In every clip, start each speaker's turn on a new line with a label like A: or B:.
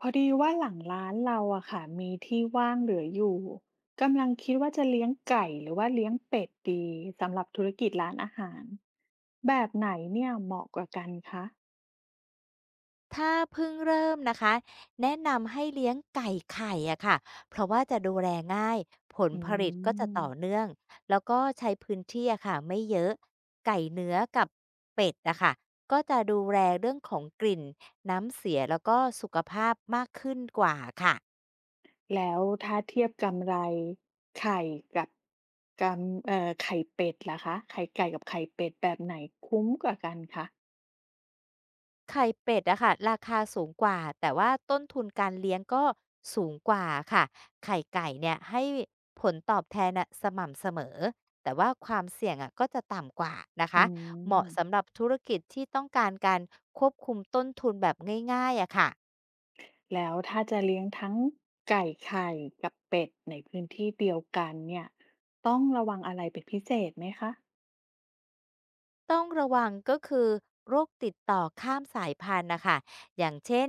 A: พอดีว่าหลังร้านเราอะค่ะมีที่ว่างเหลืออยู่กำลังคิดว่าจะเลี้ยงไก่หรือว่าเลี้ยงเป็ดดีสำหรับธุรกิจร้านอาหารแบบไหนเนี่ยเหมาะกว่ากันคะ
B: ถ้าเพิ่งเริ่มนะคะแนะนำให้เลี้ยงไก่ไข่อะค่ะเพราะว่าจะดูแลง่ายผล
A: อื
B: ผลิตก็จะ
A: ม
B: ต่อเนื่องแล้วก็ใช้พื้นที่อะค่ะไม่เยอะไก่เนื้อกับเป็ดอะค่ะก็จะดูแลเรื่องของกลิ่นน้ำเสียแล้วก็สุขภาพมากขึ้นกว่าค่ะ
A: แล้วถ้าเทียบกำไรไข่กับกำเอ่อไข่เป็ดล่ะคะไข่ไก่กับไข่เป็ดแบบไหนคุ้มกว่ากันคะ
B: ไข่เป็ดอะค่ะราคาสูงกว่าแต่ว่าต้นทุนการเลี้ยงก็สูงกว่าค่ะไข่ไก่เนี่ยให้ผลตอบแทนน่ะสม่ำเสมอแต่ว่าความเสี่ยงอะก็จะต่ำกว่านะ
A: อื
B: คะเหมาะ
A: ม
B: สำหรับธุรกิจที่ต้องการการควบคุมต้นทุนแบบง่ายๆอะค่ะ
A: แล้วถ้าจะเลี้ยงทั้งไก่ไข่กับเป็ดในพื้นที่เดียวกันเนี่ยต้องระวังอะไรเป็นพิเศษไหมคะ
B: ต้องระวังก็คือโรคติดต่อข้ามสายพันธุ์นะคะ อย่างเช่น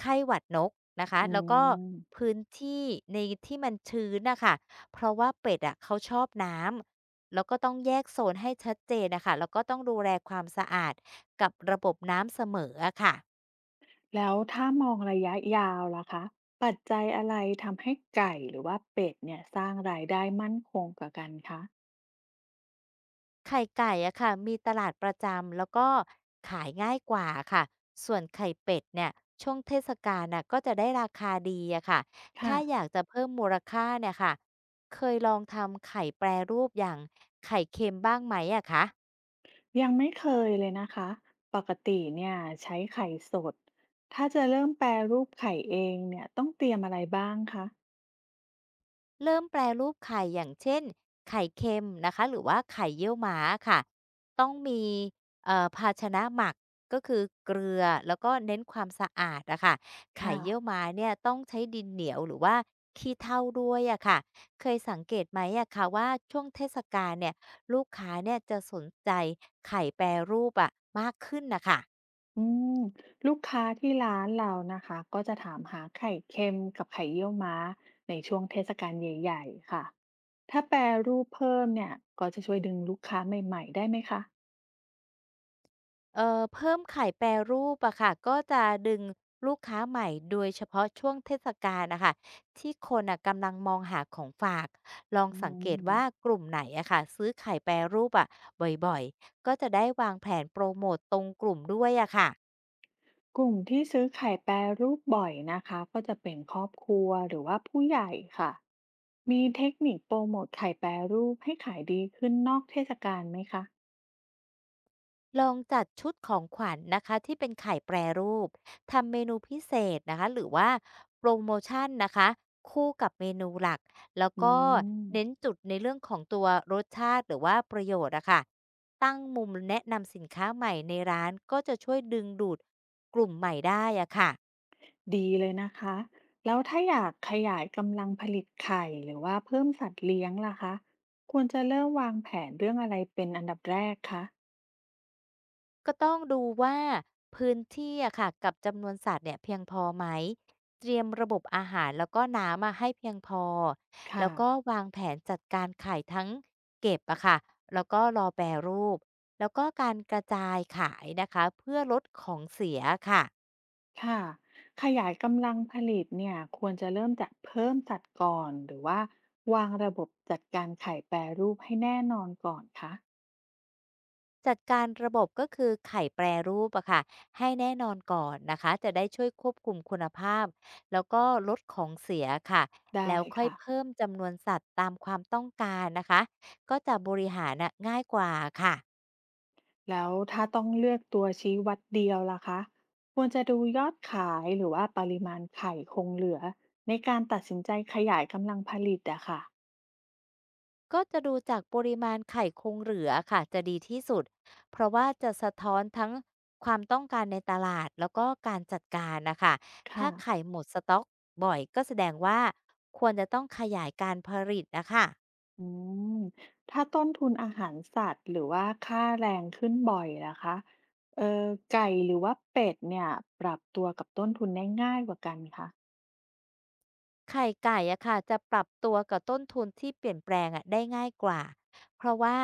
B: ไข้หวัดนกนะคะ
A: อื
B: แล้วก็
A: ม
B: พื้นที่ในที่มันชื้นนะคะ เพราะว่าเป็ดอะเขาชอบน้ำ แล้วก็ต้องแยกโซนให้ชัดเจนนะคะแล้วก็ต้องดูแลความสะอาดกับระบบน้ำเสมออะค่ะ
A: แล้วถ้ามองระยะยาวล่ะคะปัจจัยอะไรทำให้ไก่หรือว่าเป็ดเนี่ยสร้างรายได้มั่นคงกว่ากันคะ
B: ไข่ไก่อะค่ะมีตลาดประจำแล้วก็ขายง่ายกว่าค่ะส่วนไข่เป็ดเนี่ยช่วงเทศกาลน่ะก็จะได้ราคาดีอะค่ะ
A: ค่ะ
B: ถ้าอยากจะเพิ่มมูลค่าเนี่ยค่ะเคยลองทำไข่แปรรูปอย่างไข่เค็มบ้างไหมอะคะ
A: ยังไม่เคยเลยนะคะปกติเนี่ยใช้ไข่สดถ้าจะเริ่มแปรรูปไข่เองเนี่ยต้องเตรียมอะไรบ้างคะ
B: เริ่มแปรรูปไข่อย่างเช่นไข่เค็มนะคะหรือว่าไข่เยี่ยวม้าค่ะต้องมีภาชนะหมักก็คือเกลือแล้วก็เน้นความสะอาดอะค่ะไข่
A: ค่ะ
B: เยี่ยวม้าเนี่ยต้องใช้ดินเหนียวหรือว่าขี้เถ้าด้วยอะค่ะเคยสังเกตไหมอะคะว่าช่วงเทศกาลเนี่ยลูกค้าเนี่ยจะสนใจไข่แปรรูปอะมากขึ้นนะคะ
A: อืมลูกค้าที่ร้านเรานะคะก็จะถามหาไข่เค็มกับไข่เยี่ยวม้าในช่วงเทศกาลใหญ่ๆค่ะถ้าแปรรูปเพิ่มเนี่ยก็จะช่วยดึงลูกค้าใหม่ๆได้ไหมคะ
B: เพิ่มไข่แปรรูปอะค่ะก็จะดึงลูกค้าใหม่โดยเฉพาะช่วงเทศกาลนะคะที่คนอ่ะกำลังมองหาของฝากลอง
A: อื
B: สังเกต
A: ม
B: ว่ากลุ่มไหนอะค่ะซื้อไข่แปรรูปอะบ่อยๆก็จะได้วางแผนโปรโมตตรงกลุ่มด้วยอะค่ะ
A: กลุ่มที่ซื้อไข่แปรรูปบ่อยนะคะก็จะเป็นครอบครัวหรือว่าผู้ใหญ่ค่ะมีเทคนิคโปรโมทไข่แปรรูปให้ขายดีขึ้นนอกเทศกาลไหมคะ
B: ลองจัดชุดของขวัญนะคะที่เป็นไข่แปรรูปทำเมนูพิเศษนะคะหรือว่าโปรโมชั่นนะคะคู่กับเมนูหลักแล้ว
A: อื
B: ก็
A: ม
B: เน้นจุดในเรื่องของตัวรสชาติหรือว่าประโยชน์อะค่ะตั้งมุมแนะนำสินค้าใหม่ในร้านก็จะช่วยดึงดูดกลุ่มใหม่ได้อะค่ะ
A: ดีเลยนะคะแล้วถ้าอยากขยายกำลังผลิตไข่หรือว่าเพิ่มสัตว์เลี้ยงล่ะคะควรจะเริ่มวางแผนเรื่องอะไรเป็นอันดับแรกคะ
B: ก็ต้องดูว่าพื้นที่อะค่ะกับจำนวนสัตว์เนี่ยเพียงพอไหมเตรียมระบบอาหารแล้วก็น้ำมาให้เพียงพอ
A: ค่ะ
B: แล้วก็วางแผนจัดการไข่ทั้งเก็บอะค่ะแล้วก็รอแปรรูปแล้วก็การกระจายขายนะคะเพื่อลดของเสียค่ะ
A: ค่ะขยายกำลังผลิตเนี่ยควรจะเริ่มจากเพิ่มสัตว์ก่อนหรือว่าวางระบบจัดการไข่แปรรูปให้แน่นอนก่อนคะ
B: จัดการระบบก็คือไข่แปรรูปอะค่ะให้แน่นอนก่อนนะคะจะได้ช่วยควบคุมคุณภาพแล้วก็ลดของเสียค่ะ
A: ได้
B: แล้วค่อย
A: ค่ะ
B: เพิ่มจำนวนสัตว์ตามความต้องการนะคะก็จะบริหารน่ะง่ายกว่าค่ะ
A: แล้วถ้าต้องเลือกตัวชี้วัดเดียวล่ะคะควรจะดูยอดขายหรือว่าปริมาณไข่คงเหลือในการตัดสินใจขยายกำลังผลิตอะค่ะ
B: ก็จะดูจากปริมาณไข่คงเหลือค่ะจะดีที่สุดเพราะว่าจะสะท้อนทั้งความต้องการในตลาดแล้วก็การจัดการนะคะถ้า
A: ค่ะ
B: ไข่หมดสต็อกบ่อยก็แสดงว่าควรจะต้องขยายการผลิตนะคะ
A: อืมถ้าต้นทุนอาหารสัตว์หรือว่าค่าแรงขึ้นบ่อยนะคะเอ่อไก่หรือว่าเป็ดเนี่ยปรับตัวกับต้นทุนได้ง่ายกว่ากันคะ
B: ไข่ไก่อะค่ะจะปรับตัวกับต้นทุนที่เปลี่ยนแปลงอะได้ง่ายกว่าเพราะว่า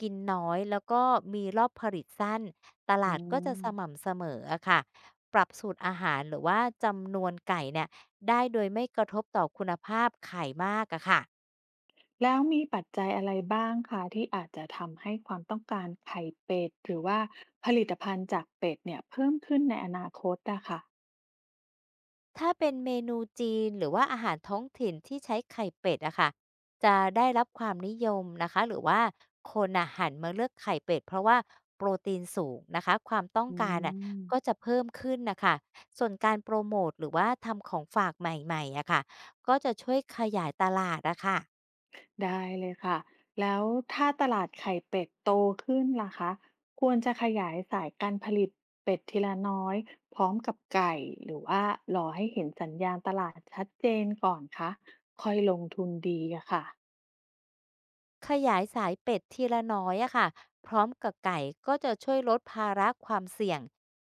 B: กินน้อยแล้วก็มีรอบผลิตสั้นต
A: อื
B: ลาดก็จะ
A: ม
B: สม่ำเสมออะค่ะปรับสูตรอาหารหรือว่าจำนวนไก่เนี่ยได้โดยไม่กระทบต่อคุณภาพไข่มากอะค่ะ
A: แล้วมีปัจจัยอะไรบ้างคะที่อาจจะทำให้ความต้องการไข่เป็ดหรือว่าผลิตภัณฑ์จากเป็ดเนี่ยเพิ่มขึ้นในอนาคตอะค่ะ
B: ถ้าเป็นเมนูจีนหรือว่าอาหารท้องถิ่นที่ใช้ไข่เป็ดอะค่ะจะได้รับความนิยมนะคะหรือว่าคนอะหันมาเลือกไข่เป็ดเพราะว่าโปรตีนสูงนะคะความต้อง
A: อื
B: การอะ
A: ม
B: ก็จะเพิ่มขึ้นนะคะส่วนการโปรโมทหรือว่าทำของฝากใหม่ๆอะค่ะก็จะช่วยขยายตลาดอะค่ะ
A: ได้เลยค่ะแล้วถ้าตลาดไข่เป็ดโตขึ้นล่ะคะควรจะขยายสายการผลิตเป็ดทีละน้อยพร้อมกับไก่หรือว่ารอให้เห็นสัญญาณตลาดชัดเจนก่อนคะค่อยลงทุนดีอะค่ะ
B: ขยายสายเป็ดทีละน้อยอะค่ะพร้อมกับไก่ก็จะช่วยลดภาระความเสี่ยง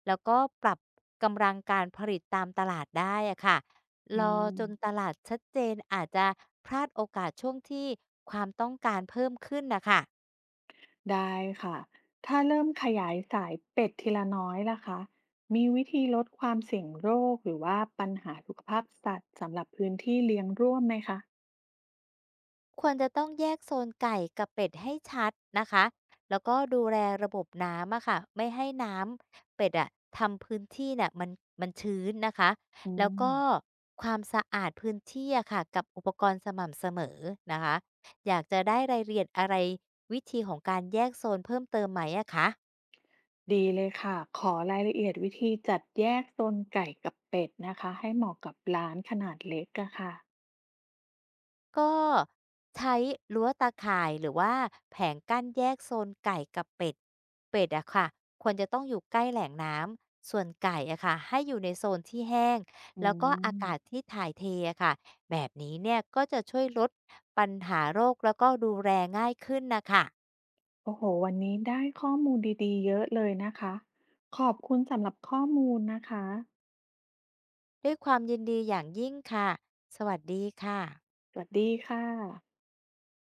B: แล้วก็ปรับกำลังการผลิตตามตลาดได้อะค่ะ
A: อื
B: รอ
A: ม
B: จนตลาดชัดเจนอาจจะพลาดโอกาสช่วงที่ความต้องการเพิ่มขึ้นนะคะ
A: ได้ค่ะ ถ้าเริ่มขยายสายเป็ดทีละน้อยล่ะคะมีวิธีลดความเสี่ยงโรคหรือว่าปัญหาสุขภาพสัตว์สำหรับพื้นที่เลี้ยงร่วมไหมคะ
B: ควรจะต้องแยกโซนไก่กับเป็ดให้ชัดนะคะแล้วก็ดูแลระบบน้ำอะค่ะไม่ให้น้ำเป็ดอะทำพื้นที่เนี่ยมันชื้นนะคะ
A: อื
B: แล้ว
A: ม
B: ก็ความสะอาดพื้นที่อะค่ะกับอุปกรณ์สม่ำเสมอนะคะอยากจะได้รายละเอียดอะไรวิธีของการแยกโซนเพิ่มเติมไหมอะคะ
A: ดีเลยค่ะ ขอรายละเอียดวิธีจัดแยกโซนไก่กับเป็ดนะคะ ให้เหมาะกับร้านขนาดเล็กอะค่ะ
B: ก็ใช้รั้วตาข่ายหรือว่าแผงกั้นแยกโซนไก่กับเป็ดอะค่ะควรจะต้องอยู่ใกล้แหล่งน้ำส่วนไก่อะค่ะให้อยู่ในโซนที่แห้ง
A: อื
B: แล้วก็อากาศ
A: ม
B: ที่ถ่ายเทอะค่ะแบบนี้เนี่ยก็จะช่วยลดปัญหาโรคแล้วก็ดูแลง่ายขึ้นนะค่ะ
A: โอ้โห วันนี้ได้ข้อมูลดีๆเยอะเลยนะคะ ขอบคุณสำหรับข้อมูลนะคะ
B: ด้วยความยินดีอย่างยิ่งค่ะสวัสดีค่ะ
A: สวัสดีค่ะ